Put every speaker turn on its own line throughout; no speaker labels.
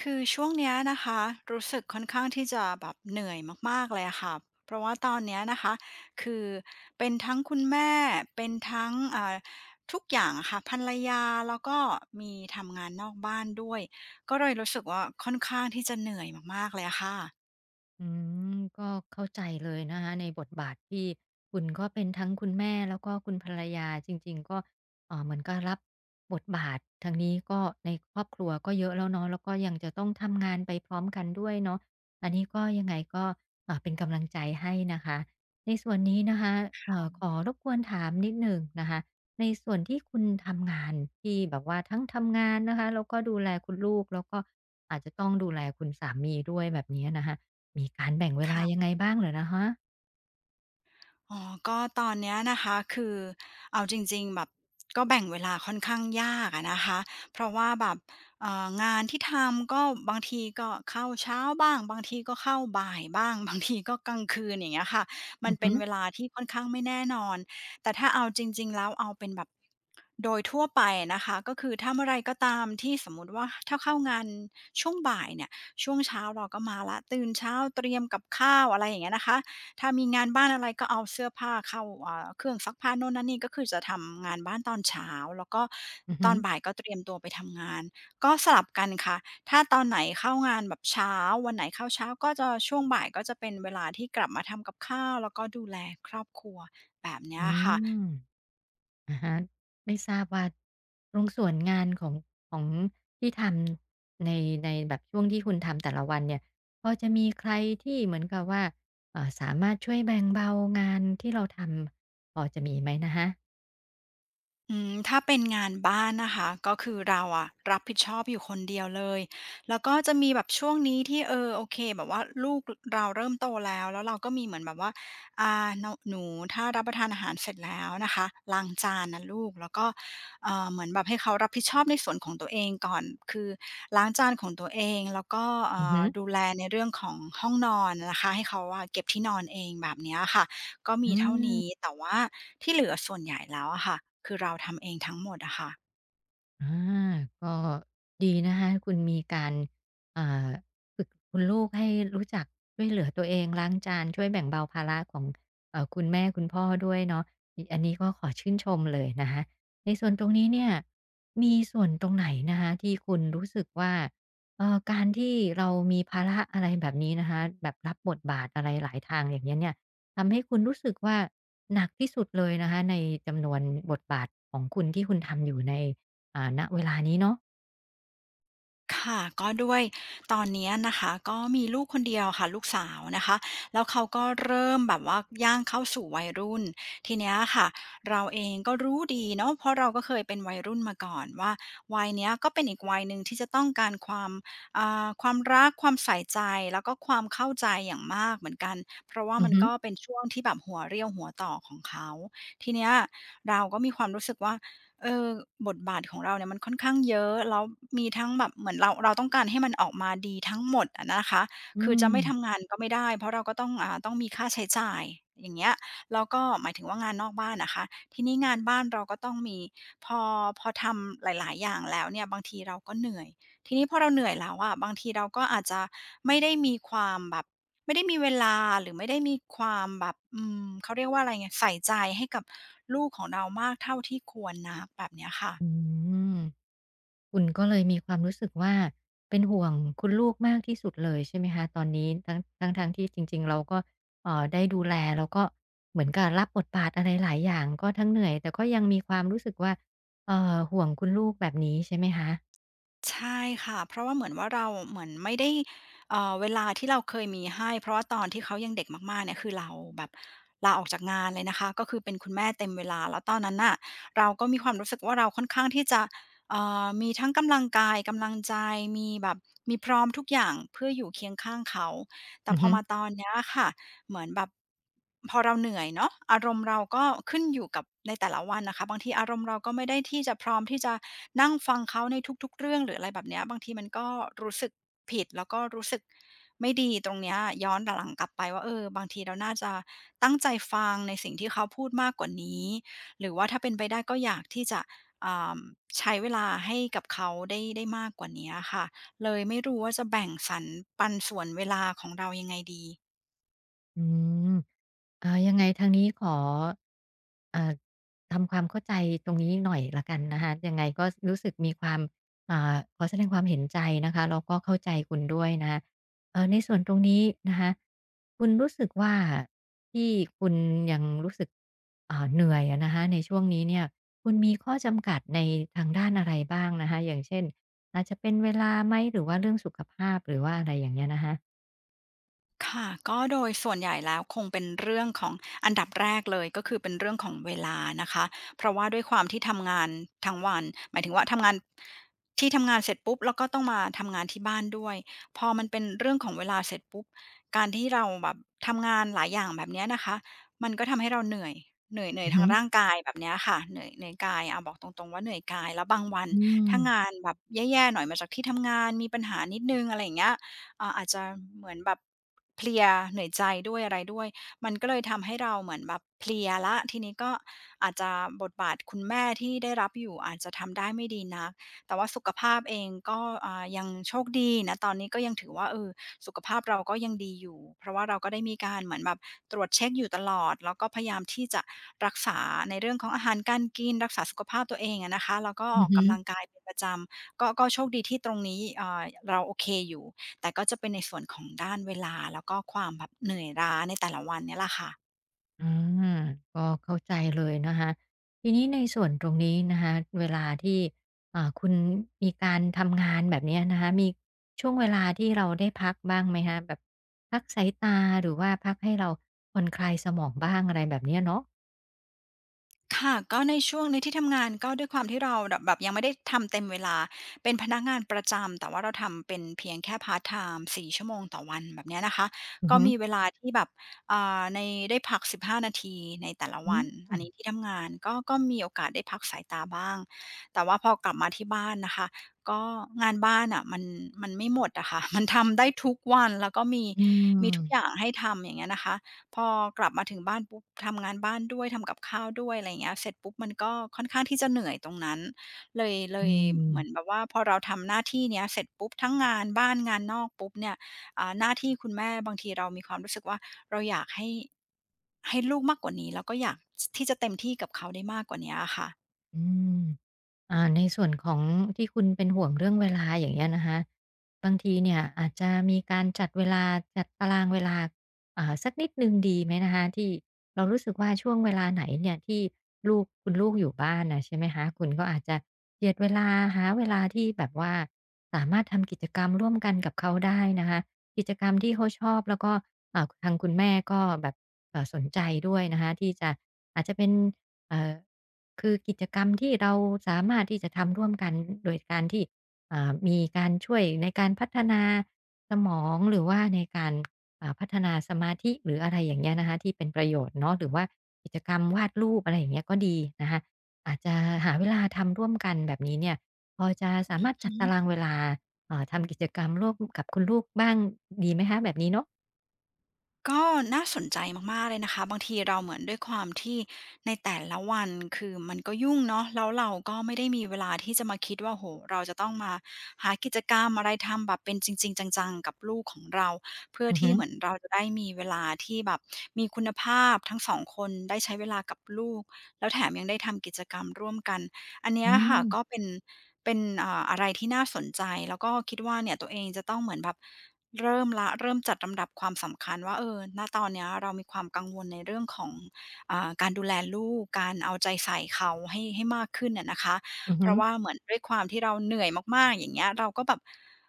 คือช่วงเนี้ยนะคะรู้สึกค่อนข้างที่จะแบบเหนื่อยมากๆเลยอะค่ะเพราะว่าตอนเนี้ยนะคะคือเป็นทั้งคุณแม่เป็นทั้งทุกอย่างอะค่ะภรรยาแล้วก็มีทำงานนอกบ้านด้วยก็เลยรู้สึกว่าค่อนข้างที่จะเหนื่อยมากๆเลยอะค่ะ
อืมก็เข้าใจเลยนะคะในบทบาทที่คุณก็เป็นทั้งคุณแม่แล้วก็คุณภรรยาจริงๆก็เหมือนกับรับบทบาททางนี้ก็ในครอบครัวก็เยอะแล้วเนาะแล้วก็ยังจะต้องทำงานไปพร้อมกันด้วยเนาะอันนี้ก็ยังไงก็เป็นกำลังใจให้นะคะในส่วนนี้นะคะขอรบกวนถามนิดหนึ่งนะคะในส่วนที่คุณทำงานที่แบบว่าทั้งทำงานนะคะแล้วก็ดูแลคุณลูกแล้วก็อาจจะต้องดูแลคุณสามีด้วยแบบเนี้ยนะคะ มีการแบ่งเวลา
ค่ะ
ยังไงบ้างเหรอนะฮะ
อ๋อก็ตอนเนี้ยนะคะคือเอาจริงๆแบบก็แบ่งเวลาค่อนข้างยากอะนะคะเพราะว่าแบบงานที่ทำก็บางทีก็เข้าเช้าบ้างบางทีก็เข้าบ่ายบ้าง บางทีก็กลางคืนอย่างเงี้ยค่ะมั
อื
น
อฮึ
เป็นเวลาที่ค่อนข้างไม่แน่นอนแต่ถ้าเอาจริงๆแล้วเอาเป็นแบบโดยทั่วไปนะคะก็คือถ้าเมื่อไรก็ตามที่สมมุติว่าถ้าเข้างานช่วงบ่ายเนี่ยช่วงเช้าเราก็มาแล้วตื่นเช้าเตรียมกับข้าวอะไรอย่างเงี้ยนะคะ ถ้ามีงานบ้านอะไรก็เอาเสื้อผ้าเข้าเครื่องซักผ้าโน่นนั่นนี่ก็คือจะทำงานบ้านตอนเช้าแล้วก็
อือ
ต
ฮึ
อนบ่ายก็เตรียมตัวไปทำงานก็สลับกันค่ะถ้าตอนไหนเข้างานแบบเช้าวันไหนเข้าเช้าก็จะช่วงบ่ายก็จะเป็นเวลาที่กลับมาทำกับข้าวแล้วก็ดูแลครอบครัวแบบเนี้ย
อื
ค่ะ
มอะฮะไม่ทราบว่าตรงส่วนงานของที่ทำในแบบช่วงที่คุณทำแต่ละวันเนี่ยพอจะมีใครที่เหมือนกับว่าสามารถช่วยแบ่งเบางานที่เราทำพอจะมีไหมนะคะ
อืมถ้าเป็นงานบ้านนะคะก็คือเราอะรับผิดชอบอยู่คนเดียวเลยแล้วก็จะมีแบบช่วงนี้ที่เออโอเคแบบว่าลูกเราเริ่มโตแล้วแล้วเราก็มีเหมือนแบบว่าหนูถ้ารับประทานอาหารเสร็จแล้วนะคะล้างจานนะลูกแล้วก็เหมือนแบบให้เขารับผิดชอบในส่วนของตัวเองก่อนคือล้างจานของตัวเองแล้วก็
อือฮึ
ดูแลในเรื่องของห้องนอนนะคะให้เขาอะเก็บที่นอนเองแบบเนี้ยค่ะ ก็
อื
มีเท่านี้
ม
แต่ว่าที่เหลือส่วนใหญ่แล้วอะค่ะ คือเราทำเองทั้งหมดอะค่ะ
อาก็ดีนะคะคุณมีการอ่าฝึกคุณลูกให้รู้จักช่วยเหลือตัวเองล้างจานช่วยแบ่งเบาภาระของคุณแม่คุณพ่อด้วยเนาะอิอันนี้ก็ขอชื่นชมเลยนะคะในส่วนตรงนี้เนี่ยมีส่วนตรงไหนนะคะที่คุณรู้สึกว่าการที่เรามีภาระอะไรแบบนี้นะคะแบบรับบทบาทอะไรหลายทางอย่างเงี้ยเนี่ยทำให้คุณรู้สึกว่าหนักที่สุดเลยนะคะในจำนวนบทบาทของคุณที่คุณทำอยู่ใน ณเวลานี้เนาะ
ค่ะก็ด้วยตอนเนี้ยนะคะก็มีลูกคนเดียวค่ะลูกสาวนะคะแล้วเขาก็เริ่มแบบว่าย่างเข้าสู่วัยรุ่นทีเนี้ยค่ะเราเองก็รู้ดีเนาะเพราะเราก็เคยเป็นวัยรุ่นมาก่อนว่าวัยเนี้ยก็เป็นอีกวัยหนึ่งที่จะต้องการความความรักความใส่ใจแล้วก็ความเข้าใจอย่างมากเหมือนกันเพราะว่า
อือ
มัน
ฮึ
ก็เป็นช่วงที่แบบหัวเรี่ยวหัวต่อของเขาทีเนี้ยเราก็มีความรู้สึกว่า เออบทบาทของเราเนี่ยมันค่อนข้างเยอะแล้วมีทั้งแบบเหมือนเราต้องการให้มันออกมาดีทั้งหมดอะนะคะ
อื
คือ
ม
จะไม่ทำงานก็ไม่ได้เพราะเราก็ต้องต้องมีค่าใช้จ่ายอย่างเงี้ยแล้วก็หมายถึงว่างานนอกบ้านนะคะทีนี้งานบ้านเราก็ต้องมีพอพอทำหลายๆอย่างแล้วเนี่ยบางทีเราก็เหนื่อยทีนี้พอเราเหนื่อยแล้วอะบางทีเราก็อาจจะไม่ได้มีความแบบ ไม่ได้มีเวลาหรือไม่ได้มีความแบบอืมเขาเรียกว่าอะไรไงใส่ใจให้กับลูกของเรามากเท่าที่ควรนักแบบเนี้ยค่ะ
อืมคุณก็เลยมีความรู้สึกว่าเป็นห่วงคุณลูกมากที่สุดเลยใช่ไหมคะตอนนี้ทั้งทั้งๆที่จริงๆเราก็ได้ดูแลแล้วก็เหมือนกับรับบทบาทอะไรหลายอย่างก็ทั้งเหนื่อยแต่ก็ยังมีความรู้สึกว่าห่วงคุณลูกแบบนี้ใช่ไหมคะ
ใช่ค่ะเพราะว่าเหมือนว่าเราเหมือนไม่ได้เวลาที่เราเคยมีให้เพราะว่าตอนที่เขายังเด็กมากๆเนี่ยคือเราแบบลาออกจากงานเลยนะคะก็คือเป็นคุณแม่เต็มเวลาแล้วตอนนั้นน่ะเราก็มีความรู้สึกว่าเราค่อนข้างที่จะมีทั้งกำลังกายกำลังใจมีแบบมีพร้อมทุกอย่างเพื่ออยู่เคียงข้างเขาแต่
อือ
พอ
ฮึ
มาตอนเนี้ยค่ะ เหมือนแบบพอเราเหนื่อยเนาะอารมณ์เราก็ขึ้นอยู่กับในแต่ละวันนะคะบางทีอารมณ์เราก็ไม่ได้ที่จะพร้อมที่จะนั่งฟังเขาในทุกๆเรื่องหรืออะไรแบบเนี้ยบางทีมันก็รู้สึกผิดแล้วก็รู้สึกไม่ดีตรงเนี้ยย้อนหลังกลับไปว่าเออบางทีเราน่าจะตั้งใจฟังในสิ่งที่เขาพูดมากกว่านี้หรือว่าถ้าเป็นไปได้ก็อยากที่จะอ่าใช้เวลาให้กับเขาได้มากกว่าเนี้ยค่ะเลยไม่รู้ว่าจะแบ่งสรรปันส่วนเวลาของเรายังไงดี
อืมยังไงทางนี้ขออ่าทำความเข้าใจตรงนี้หน่อยละกันนะคะยังไงก็รู้สึกมีความขอแสดงความเห็นใจนะคะแล้วก็เข้าใจคุณด้วยนะคะในส่วนตรงนี้นะคะคุณรู้สึกว่าที่คุณยังรู้สึกเหนื่อยอะนะคะในช่วงนี้เนี่ยคุณมีข้อจำกัดในทางด้านอะไรบ้างนะคะอย่างเช่นอาจจะเป็นเวลาไหมหรือว่าเรื่องสุขภาพหรือว่าอะไรอย่างเงี้ยนะคะ
ค่ะก็โดยส่วนใหญ่แล้วคงเป็นเรื่องของอันดับแรกเลยก็คือเป็นเรื่องของเวลานะคะเพราะว่าด้วยความที่ทำงานทั้งวันหมายถึงว่าทำงานที่ทำงานเสร็จปุ๊บแล้วก็ต้องมาทำงานที่บ้านด้วยพอมันเป็นเรื่องของเวลาเสร็จปุ๊บการที่เราแบบทำงานหลายอย่างแบบเนี้ยนะคะมันก็ทำให้เราเหนื่อยเหนื่อยเหนื่อ
อื
ย
อฮึ
ทางร่างกายแบบเนี้ยค่ะเหนื่อยเหนื่อยกายอาบอกตรงๆว่าเหนื่อยกายแล้วบางวัน
อื
ถ้างา
ม
นแบบแย่ๆหน่อยมาจากที่ทำงานมีปัญหานิดหนึ่งอะไรอย่างเงี้ย เอ่าอาจจะเหมือนแบบเพลียเหนื่อยใจด้วยอะไรด้วยมันก็เลยทำให้เราเหมือนแบบเพลียละทีนี้ก็อาจจะบทบาทคุณแม่ที่ได้รับอยู่อาจจะทำได้ไม่ดีนักแต่ว่าสุขภาพเองก็ยังโชคดีนะ ตอนนี้ก็ยังถือว่าเออสุขภาพเราก็ยังดีอยู่เพราะว่าเราก็ได้มีการเหมือนแบบตรวจเช็กอยู่ตลอดแล้วก็พยายามที่จะรักษาในเรื่องของอาหารการกินรักษาสุขภาพตัวเองอะนะคะแล้วก็อ
อือ
อก
ฮึ
กำลังกายเป็นประจำก็ก็โชคดีที่ตรงนี้เราโอเคอยู่ แต่ก็จะเป็นในส่วนของด้านเวลาแล้วก็ความแบบเหนื่อยล้าในแต่ละวันเนี่ยแหละค่ะ
อาก็เข้าใจเลยนะคะทีนี้ในส่วนตรงนี้นะคะเวลาที่คุณมีการทำงานแบบเนี้ยนะคะมีช่วงเวลาที่เราได้พักบ้างไหมคะแบบพักสายตาหรือว่าพักให้เราผ่อนคลายสมองบ้างอะไรแบบเนี้ยเนาะ
ค่ะก็ในช่วงในที่ทำงานก็ด้วยความที่เราแบบยังไม่ได้ทำเต็มเวลาเป็นพนักงานประจำแต่ว่าเราทำเป็นเพียงแค่พาร์ตไทม์4ชั่วโมงต่อวันแบบเนี้ยนะคะ
อือ
ก็
ฮึ
มีเวลาที่แบบในได้พัก15นาทีในแต่ละ
อื
วั
ม
น
อื
อัน
ม
นี้ที่ทำงานก็ก็มีโอกาสได้พักสายตาบ้างแต่ว่าพอกลับมาที่บ้านนะคะก็งานบ้านน่ะมันมันไม่หมดอะค่ะ มันทำได้ทุกวันแล้วก็มี
อื
มีทุกอ
ม
ย่างให้ทำอย่างเงี้ยนะคะ พอกลับมาถึงบ้านปุ๊บทำงานบ้านด้วยทำกับข้าวด้วยอะไรอย่างเงี้ยเสร็จปุ๊บมันก็ค่อนข้างที่จะเหนื่อยตรงนั้นเลยเลยเหมือนแบบว่าพอเราทำหน้าที่เนี้ยเสร็จปุ๊บทั้งงานบ้านงานนอกปุ๊บเนี่ยหน้าที่คุณแม่บางทีเรามีความรู้สึกว่าเราอยากให้ให้ลูกมากกว่านี้แล้วก็อยากสที่จะเต็มที่กับเขาได้มากกว่าเนี้ยอะค่ะ
อืม ในส่วนของที่คุณเป็นห่วงเรื่องเวลาอย่างเงี้ยนะคะบางทีเนี่ยอาจจะมีการจัดเวลาจัดตารางเวลาสักนิดนึงดีไหมนะคะที่เรารู้สึกว่าช่วงเวลาไหนเนี่ยที่ลูกคุณลูกอยู่บ้านนะใช่ไหมคะคุณก็อาจจะเหียดเวลาหาเวลาที่แบบว่าสามารถทำกิจกรรมร่วมกันกับเขาได้นะคะกิจกรรมที่เขาชอบแล้วก็ทางคุณแม่ก็แบบสนใจด้วยนะคะที่จะอาจจะเป็นเอ่อ คือกิจกรรมที่เราสามารถที่จะทำร่วมกันโดยการที่มีการช่วยในการพัฒนาสมองหรือว่าในการพัฒนาสมาธิหรืออะไรอย่างเงี้ยนะคะที่เป็นประโยชน์เนาะหรือว่ากิจกรรมวาดรูปอะไรอย่างเงี้ยก็ดีนะคะอาจจะหาเวลาทำร่วมกันแบบนี้เนี่ยพอจะสามารถจั
อื
ดตาราง
ม
เวลาทำกิจกรรมร่วมกับคุณลูกบ้างดีไหมคะแบบนี้เนาะ
ก็น่าสนใจมากๆเลยนะคะบางทีเราเหมือนด้วยความที่ในแต่ละวันคือมันก็ยุ่งเนาะแล้วเราก็ไม่ได้มีเวลาที่จะมาคิดว่าโอเราจะต้องมาหากิจกรรมอะไรทำแบบเป็นจริงๆจังๆกับลูกของเราเพื่อ
อือฮึ
ที่เหมือนเราจะได้มีเวลาที่แบบมีคุณภาพทั้งสองคนได้ใช้เวลากับลูกแล้วแถมยังได้ทำกิจกรรมร่วมกันอันเนี้
อื
ยค่ะก็
ม
เป็นเป็นอะไรที่น่าสนใจแล้วก็คิดว่าเนี่ยตัวเองจะต้องเหมือนแบบ เริ่มละเริ่มจัดลำดับความสำคัญว่าเออณตอนเนี้ยเรามีความกังวลในเรื่องของการดูแลลูกการเอาใจใส่เขาให้ให้มากขึ้นอะนะคะ
อือ
เพ
ฮึ
ราะว่าเหมือนด้วยความที่เราเหนื่อยมากๆอย่างเงี้ยเราก็แบบ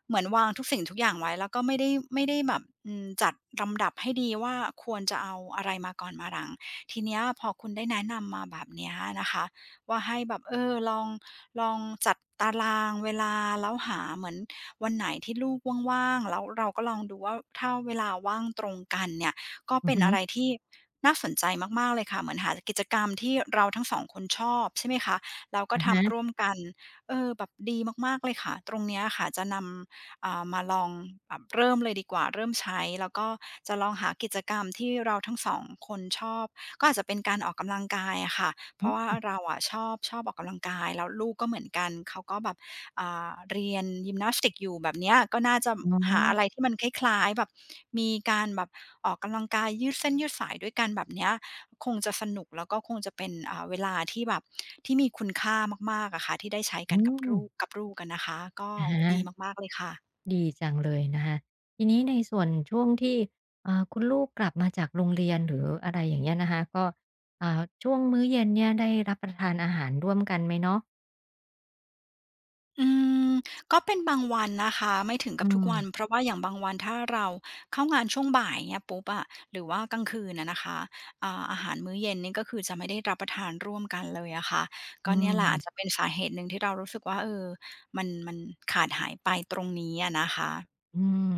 เหมือนวางทุกสิ่งทุกอย่างไว้แล้วก็ไม่ได้ไม่ได้แบบอืมจัดลำดับให้ดีว่าควรจะเอาอะไรมาก่อนมาหลังทีเนี้ยพอคุณได้แนะนำมาแบบเนี้ยนะคะว่าให้แบบเออลองจัดตารางเวลาแล้วหาเหมือน วันไหนที่ลูกว่างๆ แล้วเราก็ลองดูว่าถ้าเวลาว่างตรงกันเนี่ยก็
อือ
เป็น
ฮึ
อะไรที่น่าสนใจมากๆเลยค่ะเหมือนหากิจกรรมที่เราทั้งสองคนชอบใช่ไหมคะแล้วก็
อะ
ทำร่ว
ฮะ
มกันเออแบบดีมากๆเลยค่ะตรงเนี้ยค่ะจะนำมาลองแบบเริ่มเลยดีกว่าเริ่มใช้แล้วก็จะลองหากิจกรรมที่เราทั้ง2คนชอบก็อาจจะเป็นการออกกำลังกายอะค่ะเพ
อื
ราะว่า
ม
เราอะชอบออกกำลังกายแล้วลูกก็เหมือนกันเขาก็แบบ เรียนยิมนาสติกอยู่แบบเนี้ยก็น่าจะ
อ๋อ
หาอะไรที่มันคล้ายๆแบบมีการแบบออกกำลังกายยืดเส้นยืดสายด้วยกันแบบเนี้ยคงจะสนุกแล้วก็คงจะเป็นเวลาที่แบบที่มีคุณค่ามากๆอะค่ะที่ได้ใช้
อื
กันกับ
ม
ลูกกับลูกอะนะคะก็
อะ
โอ้โฮ
ฮะ
ดีมากๆเลยค่ะ
ดีจังเลยนะคะทีนี้ในส่วนช่วงที่คุณลูกกลับมาจากโรงเรียนหรืออะไรอย่างเงี้ยนะคะก็ช่วงมื้อเย็นเนี่ยได้รับประทานอาหารร่วมกันไหมเนาะ
อืมก็เป็นบางวันนะคะไม่ถึง
อื
กับทุก
ม
วันเพราะว่าอย่างบางวันถ้าเราเข้างานช่วงบ่ายเงี้ยปุ๊บอะหรือว่ากลางคืนอะนะคะอาหารมื้อเย็นนี่ก็คือจะไม่ได้รับประทานร่วมกันเลยอะค่ะ
อื
ก็เนี่ยแห
ม
ละอาจจะเป็นสาเหตุหนึ่งที่เรารู้สึกว่าเออมันมันขาดหายไปตรงนี้อะนะคะ
อืม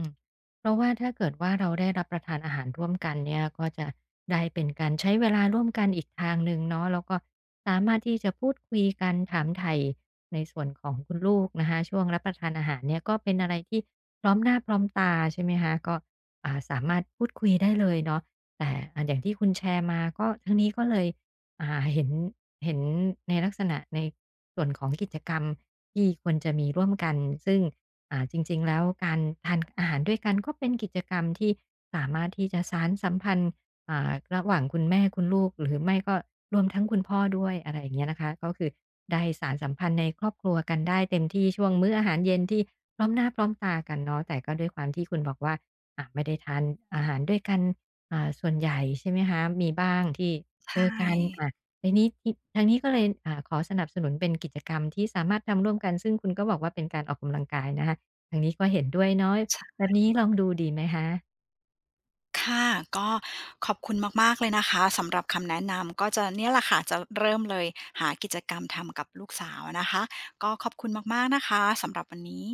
เพราะว่าถ้าเกิดว่าเราได้รับประทานอาหารร่วมกันเนี่ยก็จะได้เป็นการใช้เวลาร่วมกันอีกทางหนึ่งเนาะแล้วก็สามารถที่จะพูดคุยกันถามไถ่ในส่วนของคุณลูกนะคะช่วงรับประทานอาหารเนี่ยก็เป็นอะไรที่พร้อมหน้าพร้อมตาใช่ไหมคะก็สามารถพูดคุยได้เลยเนาะแต่อย่างที่คุณแชร์มาก็ทั้งนี้ก็เลยอ่าเห็นเห็นในลักษณะในส่วนของกิจกรรมที่ควรจะมีร่วมกันซึ่ง จริงๆแล้วการทานอาหารด้วยกันก็เป็นกิจกรรมที่สามารถที่จะสานสัมพันธ์ระหว่างคุณแม่คุณลูกหรือไม่ก็รวมทั้งคุณพ่อด้วยอะไรอย่างเงี้ยนะคะก็คือได้สานสัมพันธ์ในครอบครัวกันได้เต็มที่ช่วงมื้ออาหารเย็นที่พร้อมหน้าพร้อมตากันเนาะแต่ก็ด้วยความที่คุณบอกว่าไม่ได้ทานอาหารด้วยกันส่วนใหญ่ใช่ไหมคะมีบ้างที่เจอ
ใช่
กันทีนี้ที่ทางนี้ก็เลยขอสนับสนุนเป็นกิจกรรมที่สามารถทำร่วมกันซึ่งคุณก็บอกว่าเป็นการออกกำลังกายนะคะ ทางนี้ก็เห็นด้วยเนาะ
ช
แบบนี้ลองดูดีไหมคะ
ค่ะก็ขอบคุณมากๆเลยนะคะสำหรับคำแนะนำก็จะเนี่ยแหละค่ะจะเริ่มเลยหากิจกรรมทำกับลูกสาวอะนะคะก็ขอบคุณมากๆนะคะสำหรับวันนี้